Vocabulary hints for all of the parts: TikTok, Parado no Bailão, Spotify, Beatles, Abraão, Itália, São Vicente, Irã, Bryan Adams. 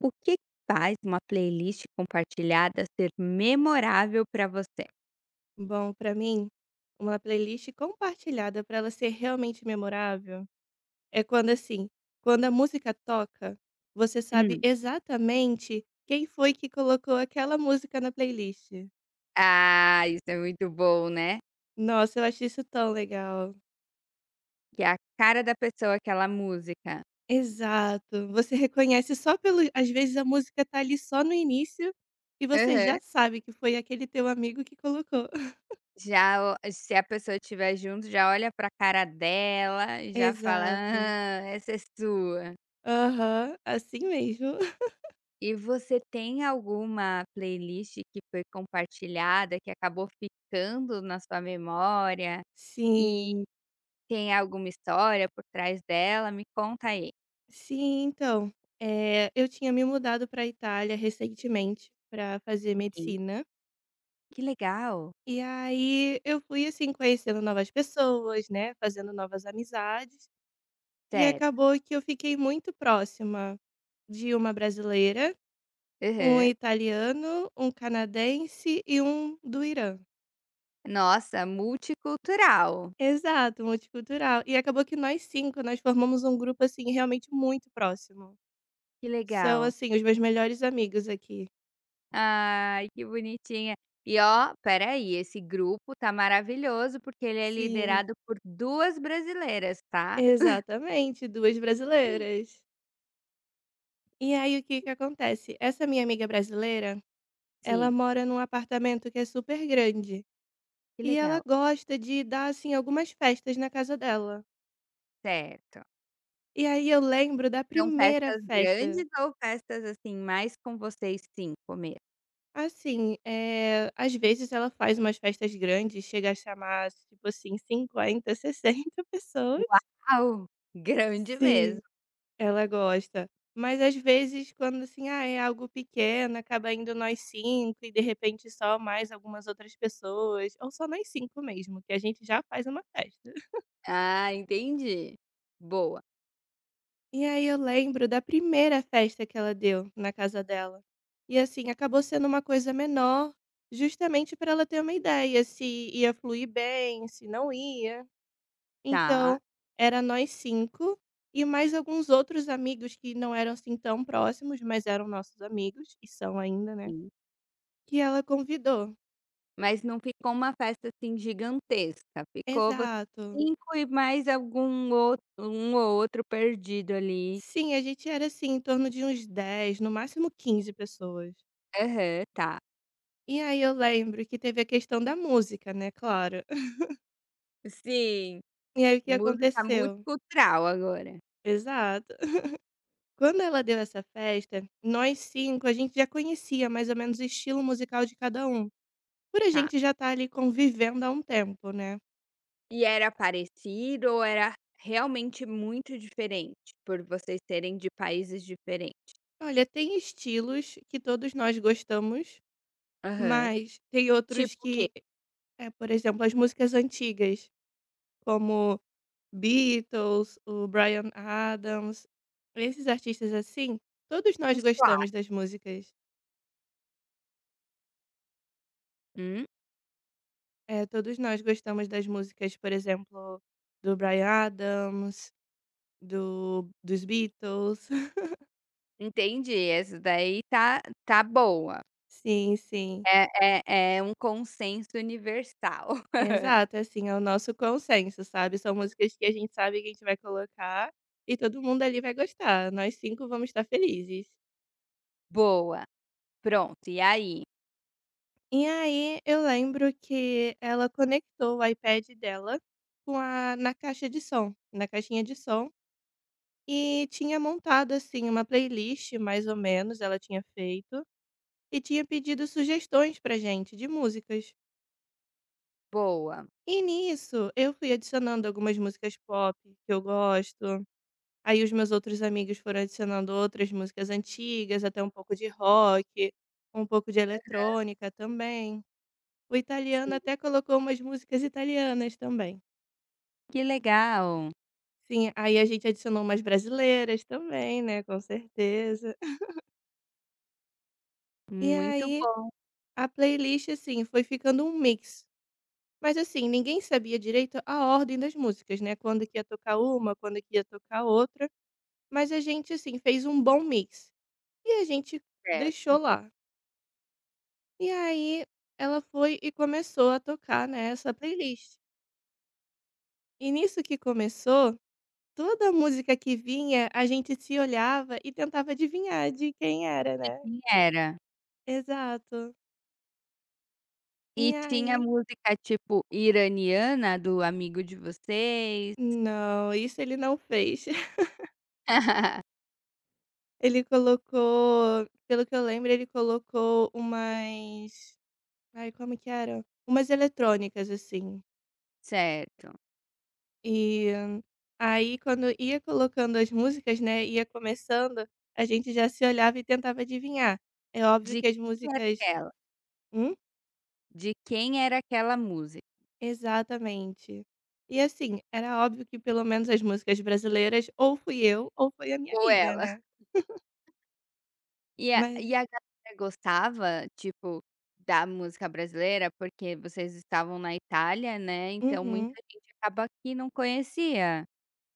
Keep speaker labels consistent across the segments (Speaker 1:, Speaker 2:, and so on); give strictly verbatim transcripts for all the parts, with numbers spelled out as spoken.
Speaker 1: O que faz uma playlist compartilhada ser memorável para você?
Speaker 2: Bom, pra mim, uma playlist compartilhada pra ela ser realmente memorável é quando assim, quando a música toca, você sabe
Speaker 1: Hum.
Speaker 2: exatamente quem foi que colocou aquela música na playlist.
Speaker 1: Ah, isso é muito bom, né.
Speaker 2: Nossa, eu acho isso tão legal.
Speaker 1: Que é a cara da pessoa aquela música.
Speaker 2: Exato. Você reconhece só pelo às vezes a música tá ali só no início e você
Speaker 1: Aham.
Speaker 2: já sabe que foi aquele teu amigo que colocou.
Speaker 1: Já o se a pessoa estiver junto, já olha pra cara dela e já fala:
Speaker 2: Exato.
Speaker 1: "Hã, essa é sua".
Speaker 2: Aham, assim mesmo.
Speaker 1: E você tem alguma playlist que foi compartilhada, que acabou ficando na sua memória, e
Speaker 2: Sim.
Speaker 1: tem alguma história por trás dela? Me conta aí.
Speaker 2: Sim, então, eh, eu tinha me mudado para Itália recentemente para fazer
Speaker 1: Sim.
Speaker 2: medicina,
Speaker 1: Que legal.
Speaker 2: e aí eu fui, assim, conhecendo novas pessoas, né, fazendo novas amizades, e
Speaker 1: Sério.
Speaker 2: acabou que eu fiquei muito próxima de uma brasileira, um
Speaker 1: Aham.
Speaker 2: italiano, um canadense e um do Irã.
Speaker 1: Nossa, multicultural.
Speaker 2: Exato, multicultural. E acabou que nós cinco nós formamos um grupo, assim, realmente muito próximo.
Speaker 1: Que legal.
Speaker 2: São, assim, os meus melhores amigos aqui.
Speaker 1: Ai, que bonitinha. E ó, espera aí, esse grupo tá maravilhoso porque ele é
Speaker 2: Sim.
Speaker 1: liderado por duas brasileiras, tá?
Speaker 2: Exatamente, duas brasileiras. E aí o que que acontece, essa minha amiga brasileira, ela
Speaker 1: Sim,
Speaker 2: mora num apartamento que é super grande,
Speaker 1: que
Speaker 2: e ela
Speaker 1: legal.
Speaker 2: gosta de dar, assim, algumas festas na casa dela.
Speaker 1: Certo.
Speaker 2: E aí eu lembro da
Speaker 1: São
Speaker 2: primeira
Speaker 1: festas
Speaker 2: festa,
Speaker 1: grandes ou festas, assim, mais com vocês cinco mesmo?
Speaker 2: assim, eh, às vezes ela faz umas festas grandes, chega a chamar, tipo assim, cinquenta, sessenta pessoas.
Speaker 1: Uau! Grande mesmo.
Speaker 2: Sim. Ela gosta. Mas às vezes quando, assim, ah, é algo pequeno, acaba indo nós cinco e de repente só mais algumas outras pessoas, ou só nós cinco mesmo, que a gente já faz uma festa.
Speaker 1: Ah, entendi. Boa.
Speaker 2: E aí eu lembro da primeira festa que ela deu na casa dela. E assim, acabou sendo uma coisa menor, justamente para ela ter uma ideia se ia fluir bem, se não ia.
Speaker 1: Tá.
Speaker 2: Então, era nós cinco e mais alguns outros amigos que não eram, assim, tão próximos, mas eram nossos amigos e são ainda, né,
Speaker 1: Sim.
Speaker 2: que ela convidou.
Speaker 1: Mas não ficou uma festa, assim, gigantesca, ficou vocês
Speaker 2: Exato.
Speaker 1: cinco e mais algum outro um ou outro perdido ali.
Speaker 2: Sim, a gente era, assim, em torno de uns dez, no máximo quinze pessoas.
Speaker 1: Aham, tá.
Speaker 2: E aí eu lembro que teve a questão da música, né, claro.
Speaker 1: Sim.
Speaker 2: E aí o que
Speaker 1: Música
Speaker 2: aconteceu?
Speaker 1: multicultural agora.
Speaker 2: Exato. Quando ela deu essa festa, nós cinco a gente já conhecia mais ou menos o estilo musical de cada um, por a
Speaker 1: Tá.
Speaker 2: gente já estar ali convivendo há um tempo, né.
Speaker 1: E era parecido ou era realmente muito diferente, por vocês serem de países diferentes?
Speaker 2: Olha, tem estilos que todos nós gostamos,
Speaker 1: Aham.
Speaker 2: mas tem outros
Speaker 1: Tipo o quê?
Speaker 2: que, eh, por exemplo, as músicas antigas, como Beatles, o Bryan Adams, esses artistas assim, todos nós
Speaker 1: Uns clá
Speaker 2: gostamos das músicas.
Speaker 1: hum,
Speaker 2: Eh, todos nós gostamos das músicas, por exemplo, do Bryan Adams, do dos Beatles.
Speaker 1: entendi, essa daí tá tá boa.
Speaker 2: Sim, sim.
Speaker 1: É é é um consenso universal.
Speaker 2: Exato, é assim, é o nosso consenso, sabe, são músicas que a gente sabe que a gente vai colocar e todo mundo ali vai gostar, nós cinco vamos estar felizes.
Speaker 1: Boa. Pronto, e aí?
Speaker 2: E aí eu lembro que ela conectou o iPad dela com a na caixa de som na caixinha de som e tinha montado, assim, uma playlist mais ou menos, ela tinha feito, e tinha pedido sugestões pra gente de músicas.
Speaker 1: Boa.
Speaker 2: E nisso eu fui adicionando algumas músicas pop que eu gosto. Aí os meus outros amigos foram adicionando outras músicas antigas, até um pouco de rock, um pouco de eletrônica também. O italiano
Speaker 1: Sim.
Speaker 2: até colocou umas músicas italianas também.
Speaker 1: Que legal,
Speaker 2: Sim, aí a gente adicionou umas brasileiras também, né, com certeza. E
Speaker 1: muito
Speaker 2: aí
Speaker 1: bom,
Speaker 2: a playlist, assim, foi ficando um mix. Mas assim, ninguém sabia direito a ordem das músicas, né? Quando que ia tocar uma, quando que ia tocar outra. Mas a gente, assim, fez um bom mix. E a gente
Speaker 1: eh,
Speaker 2: deixou lá. E aí ela foi e começou a tocar, nessa playlist. E nisso que começou, toda música que vinha, a gente se olhava e tentava adivinhar de quem era, né.
Speaker 1: quem era?
Speaker 2: Exato.
Speaker 1: E
Speaker 2: E
Speaker 1: tinha
Speaker 2: aí
Speaker 1: música, tipo, iraniana do amigo de vocês?
Speaker 2: não, isso ele não fez. Ele colocou, pelo que eu lembro, ele colocou umas ai, como que era? Umas eletrônicas, assim.
Speaker 1: Certo.
Speaker 2: E hum, aí, quando ia colocando as músicas, né, ia começando, a gente já se olhava e tentava adivinhar. É óbvio
Speaker 1: De
Speaker 2: que as
Speaker 1: quem era
Speaker 2: músicas
Speaker 1: aquela?
Speaker 2: hum?
Speaker 1: De quem era aquela música?
Speaker 2: Exatamente. E assim, era óbvio que pelo menos as músicas brasileiras ou fui eu ou foi a minha
Speaker 1: Ou
Speaker 2: amiga,
Speaker 1: ela?
Speaker 2: né.
Speaker 1: E a e a
Speaker 2: Mas
Speaker 1: galera gostava, tipo, da música brasileira? Porque vocês estavam na Itália, né, então muita
Speaker 2: uhum.
Speaker 1: gente acaba que não conhecia.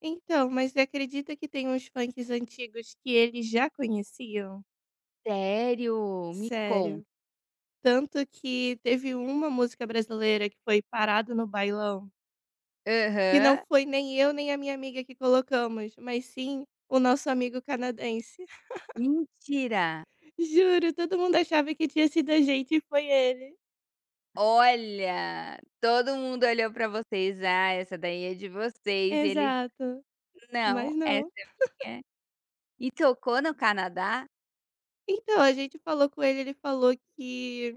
Speaker 2: Então, mas você acredita que tem uns funks antigos que eles já conheciam?
Speaker 1: Sério? Me conta.
Speaker 2: Sério. Tanto que teve uma música brasileira que foi "Parado no Bailão". Que não
Speaker 1: Aham.
Speaker 2: foi nem eu, nem a minha amiga que colocamos, mas sim o nosso amigo canadense.
Speaker 1: Mentira!
Speaker 2: Juro, todo mundo achava que tinha sido a gente e foi ele.
Speaker 1: Olha, todo mundo olhou pra vocês: "Ah, essa daí é de vocês", e ele:
Speaker 2: Exato, mas
Speaker 1: "Não, essa
Speaker 2: não.
Speaker 1: é minha". E tocou no Canadá?
Speaker 2: Então, a gente falou com ele, ele falou que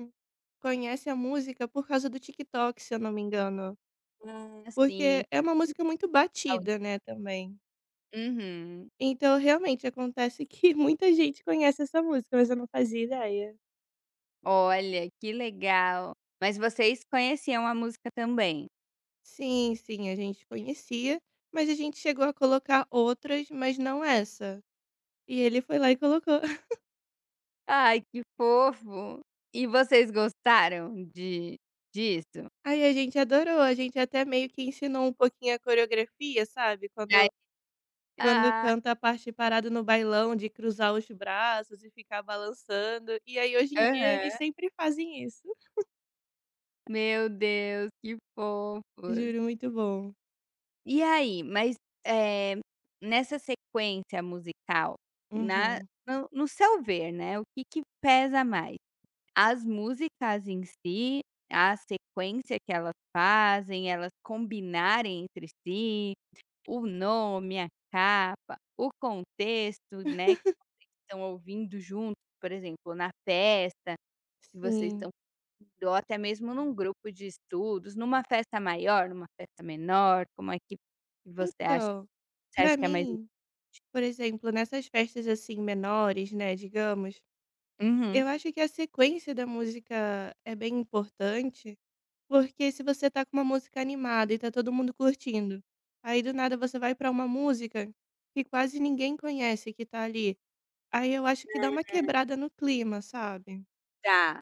Speaker 2: conhece a música por causa do TikTok, se eu não me engano.
Speaker 1: Ah, sim.
Speaker 2: Porque é uma música muito
Speaker 1: Tal.
Speaker 2: batida, né, também.
Speaker 1: Uhum.
Speaker 2: Então, realmente, acontece que muita gente conhece essa música, mas eu não fazia ideia.
Speaker 1: Olha, que legal. Mas vocês conheciam a música também?
Speaker 2: Sim, sim, a gente conhecia, mas a gente chegou a colocar outras, mas não essa. E ele foi lá e colocou.
Speaker 1: Ai, que fofo. E vocês gostaram de disso?
Speaker 2: Aí a gente adorou, a gente até meio que ensinou um pouquinho a coreografia, sabe?
Speaker 1: Ai,
Speaker 2: Quando, quando
Speaker 1: ah,
Speaker 2: canta a parte parada no bailão, de cruzar os braços e ficar balançando. E aí hoje em dia eles
Speaker 1: aham.
Speaker 2: sempre fazem isso.
Speaker 1: Meu Deus, que fofos.
Speaker 2: Juro, muito bom.
Speaker 1: E aí, mas, eh, nessa sequência musical, na
Speaker 2: Uhum.
Speaker 1: no no seu ver, né, o que que pesa mais? As músicas em si, a sequência que elas fazem, elas combinarem entre si, o nome, a capa, o contexto, né, que estão ouvindo juntos, por exemplo, na festa que vocês
Speaker 2: Sim.
Speaker 1: estão indo, ou até mesmo num grupo de estudos, numa festa maior, numa festa menor, como é que que você acha?
Speaker 2: Então,
Speaker 1: Você
Speaker 2: pra
Speaker 1: acha que é mais
Speaker 2: mim, por exemplo, nessas festas assim menores, né, digamos.
Speaker 1: uhum.
Speaker 2: Eu acho que a sequência da música é bem importante, porque se você tá com uma música animada e tá todo mundo curtindo, aí do nada você vai pra uma música que quase ninguém conhece que tá ali, aí eu acho que dá uma quebrada no clima, sabe.
Speaker 1: Tá,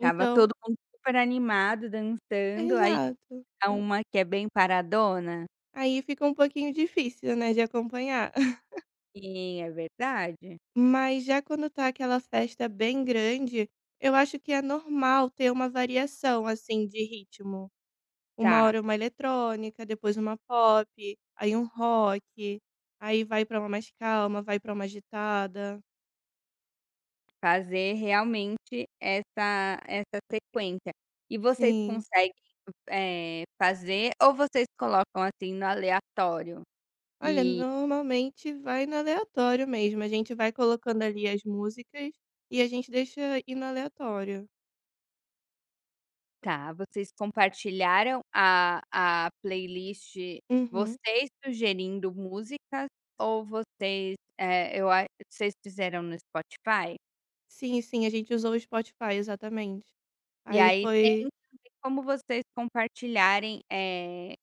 Speaker 1: tava todo mundo super animado,
Speaker 2: é,
Speaker 1: dançando, aí
Speaker 2: exato.
Speaker 1: dá uma que é bem paradona?
Speaker 2: Aí fica um pouquinho difícil, né, de acompanhar.
Speaker 1: Sim, é verdade.
Speaker 2: Mas já quando tá aquela festa bem grande, eu acho que é normal ter uma variação, assim, de ritmo. Uma
Speaker 1: Tá,
Speaker 2: hora uma eletrônica, depois uma pop, aí um rock, aí vai pra uma mais calma, vai pra uma agitada.
Speaker 1: fazer realmente essa essa sequência. E vocês
Speaker 2: Sim.
Speaker 1: conseguem, eh, fazer ou vocês colocam, assim, no aleatório?
Speaker 2: Olha,
Speaker 1: E
Speaker 2: normalmente vai no aleatório mesmo, a gente vai colocando ali as músicas e a gente deixa ir no aleatório.
Speaker 1: tá, vocês compartilharam a a playlist,
Speaker 2: Uhum.
Speaker 1: vocês sugerindo músicas ou vocês, eh, eu a vocês fizeram no Spotify?
Speaker 2: Sim, sim, a gente usou o Spotify, exatamente.
Speaker 1: E
Speaker 2: Aí
Speaker 1: aí tem
Speaker 2: foi
Speaker 1: também como vocês compartilharem, eh,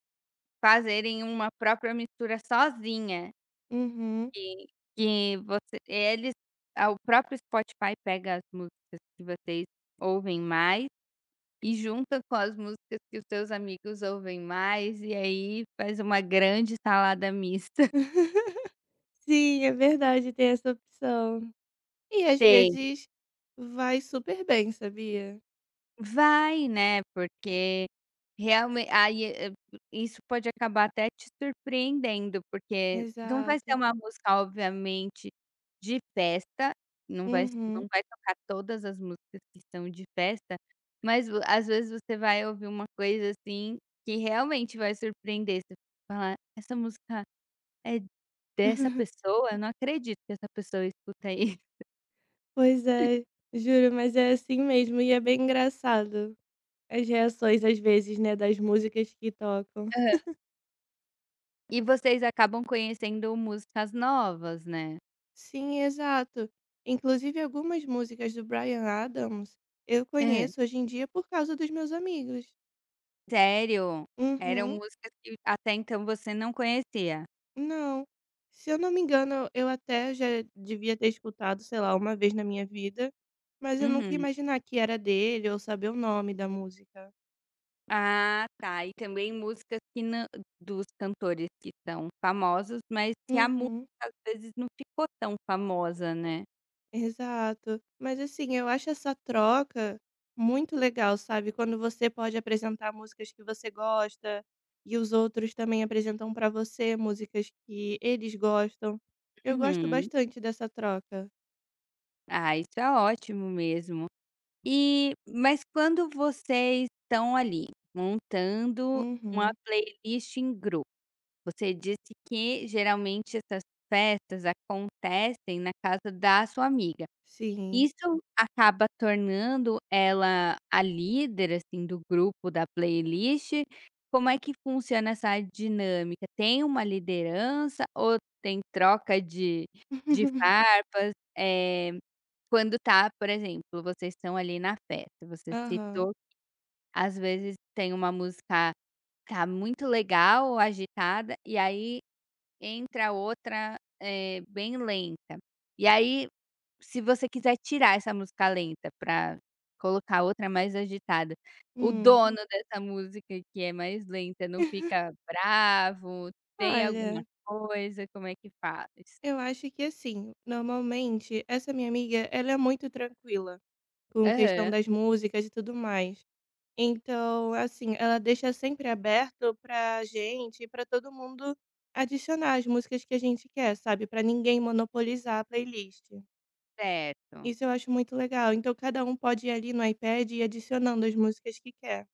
Speaker 1: fazerem uma própria mistura sozinha,
Speaker 2: uhum.
Speaker 1: que que você eles ah, o próprio Spotify pega as músicas que vocês ouvem mais e junta com as músicas que os seus amigos ouvem mais, e aí faz uma grande salada mista.
Speaker 2: Sim, é verdade, tem essa opção. E às
Speaker 1: tem
Speaker 2: vezes vai super bem, sabia?
Speaker 1: Vai, né, porque realmente aí, eh, eh, isso pode acabar até te surpreendendo, porque não vai ser
Speaker 2: Exato.
Speaker 1: uma música obviamente de festa, não vai não
Speaker 2: Uhum.
Speaker 1: vai tocar todas as músicas que são de festa, mas vo às vezes você vai ouvir uma coisa, assim, que realmente vai surpreender, você vai falar: "Essa música é dessa pessoa? Eu não acredito que essa pessoa escuta isso."
Speaker 2: Pois é, juro, mas é assim mesmo e é bem engraçado as reações às vezes, né, das músicas que tocam.
Speaker 1: Aham. E vocês acabam conhecendo músicas novas, né?
Speaker 2: Sim, exato. Inclusive algumas músicas do Bryan Adams eu
Speaker 1: É.
Speaker 2: conheço hoje em dia por causa dos meus amigos.
Speaker 1: Sério? Eram
Speaker 2: Uhum.
Speaker 1: músicas que até então você não conhecia?
Speaker 2: Não. Se eu não me engano, eu até já devia ter escutado, sei lá, uma vez na minha vida, mas eu nunca ia
Speaker 1: Uhum.
Speaker 2: imaginar que era dele ou saber o nome da música.
Speaker 1: Ah, tá. E também músicas que nã dos cantores que são famosos, mas que a música
Speaker 2: Uhum.
Speaker 1: às vezes não ficou tão famosa, né?
Speaker 2: Exato. Mas assim, eu acho essa troca muito legal, sabe? Quando você pode apresentar músicas que você gosta e os outros também apresentam pra você músicas que eles gostam. Eu gosto
Speaker 1: Uhum.
Speaker 2: bastante dessa troca.
Speaker 1: Ah, isso é ótimo mesmo. E mas quando vocês estão ali, montando uma
Speaker 2: Uhum.
Speaker 1: playlist em grupo, você disse que geralmente essas festas acontecem na casa da sua amiga.
Speaker 2: Sim.
Speaker 1: Isso acaba tornando ela a líder, assim, do grupo, da playlist? Como é que funciona essa dinâmica? Tem uma liderança ou tem troca de de farpas? Eh quando tá, por exemplo, vocês estão ali na festa, você
Speaker 2: Aham.
Speaker 1: citou, às vezes tem uma música, tá muito legal, agitada, e aí entra outra, eh, bem lenta. E aí, se você quiser tirar essa música lenta para colocar outra mais agitada, o
Speaker 2: Hum.
Speaker 1: dono dessa música que é mais lenta não fica bravo? Tem alguma
Speaker 2: Olha,
Speaker 1: coisa? Como é que faz?
Speaker 2: eu acho que assim, normalmente essa minha amiga, ela é muito tranquila com questão
Speaker 1: Aham,
Speaker 2: das músicas e tudo mais. Então, assim, ela deixa sempre aberto pra gente e pra todo mundo adicionar as músicas que a gente quer, sabe, pra ninguém monopolizar a playlist.
Speaker 1: certo.
Speaker 2: Isso eu acho muito legal. Então cada um pode ir ali no iPad e ir adicionando as músicas que quer.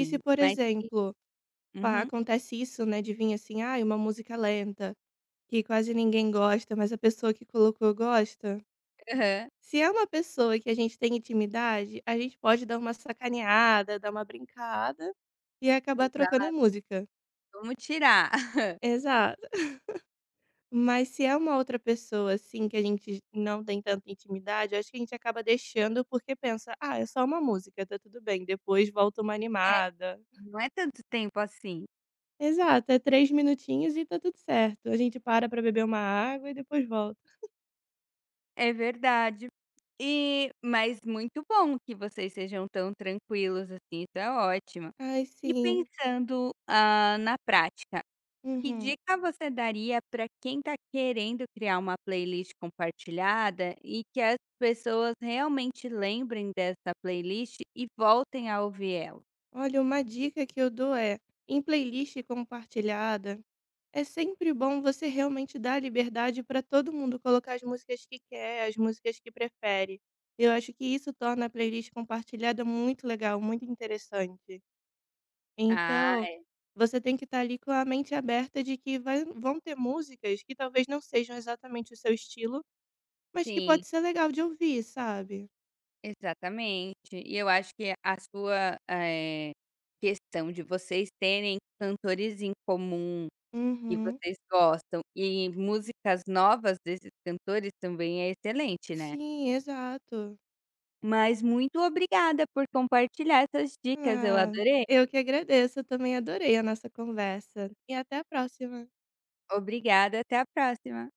Speaker 2: E se, por
Speaker 1: mas
Speaker 2: exemplo, pá,
Speaker 1: uhum,
Speaker 2: acontece isso, né, de vir assim, ah uma música lenta, que quase ninguém gosta, mas a pessoa que colocou gosta.
Speaker 1: aham.
Speaker 2: Se é uma pessoa que a gente tem intimidade, a gente pode dar uma sacaneada, dar uma brincada e acabar trocando a
Speaker 1: Exato,
Speaker 2: música.
Speaker 1: vamos tirar.
Speaker 2: Exato. Mas se é uma outra pessoa, assim, que a gente não tem tanta intimidade, eu acho que a gente acaba deixando porque pensa: "Ah, é só uma música, tá tudo bem, depois volta uma animada".
Speaker 1: Não é tanto tempo assim.
Speaker 2: Exato, é três minutinhos e tá tudo certo. A gente para pra beber uma água e depois volta.
Speaker 1: É verdade. E mas muito bom que vocês sejam tão tranquilos, assim, isso é ótimo.
Speaker 2: Ai,
Speaker 1: E
Speaker 2: sim.
Speaker 1: pensando, hã, na prática, que
Speaker 2: Uhum.
Speaker 1: dica você daria para quem está querendo criar uma playlist compartilhada e que as pessoas realmente lembrem dessa playlist e voltem a ouvir ela?
Speaker 2: Olha, uma dica que eu dou é, em playlist compartilhada é sempre bom você realmente dar liberdade para todo mundo colocar as músicas que quer, as músicas que prefere. Eu acho que isso torna a playlist compartilhada muito legal, muito interessante. Então,
Speaker 1: Ah,
Speaker 2: você tem que estar ali com a mente aberta de que vai- vão ter músicas que talvez não sejam exatamente o seu estilo, mas que
Speaker 1: sim.
Speaker 2: pode ser legal de ouvir, sabe?
Speaker 1: Exatamente. E eu acho que a sua, eh, questão de vocês terem cantores em comum que
Speaker 2: Uhum.
Speaker 1: vocês gostam e músicas novas desses cantores também é excelente, né.
Speaker 2: Sim, exato.
Speaker 1: Mas muito obrigada por compartilhar essas dicas, eu
Speaker 2: Ah,
Speaker 1: adorei.
Speaker 2: eu que agradeço, eu também adorei a nossa conversa. E até a próxima.
Speaker 1: Obrigada, até a próxima.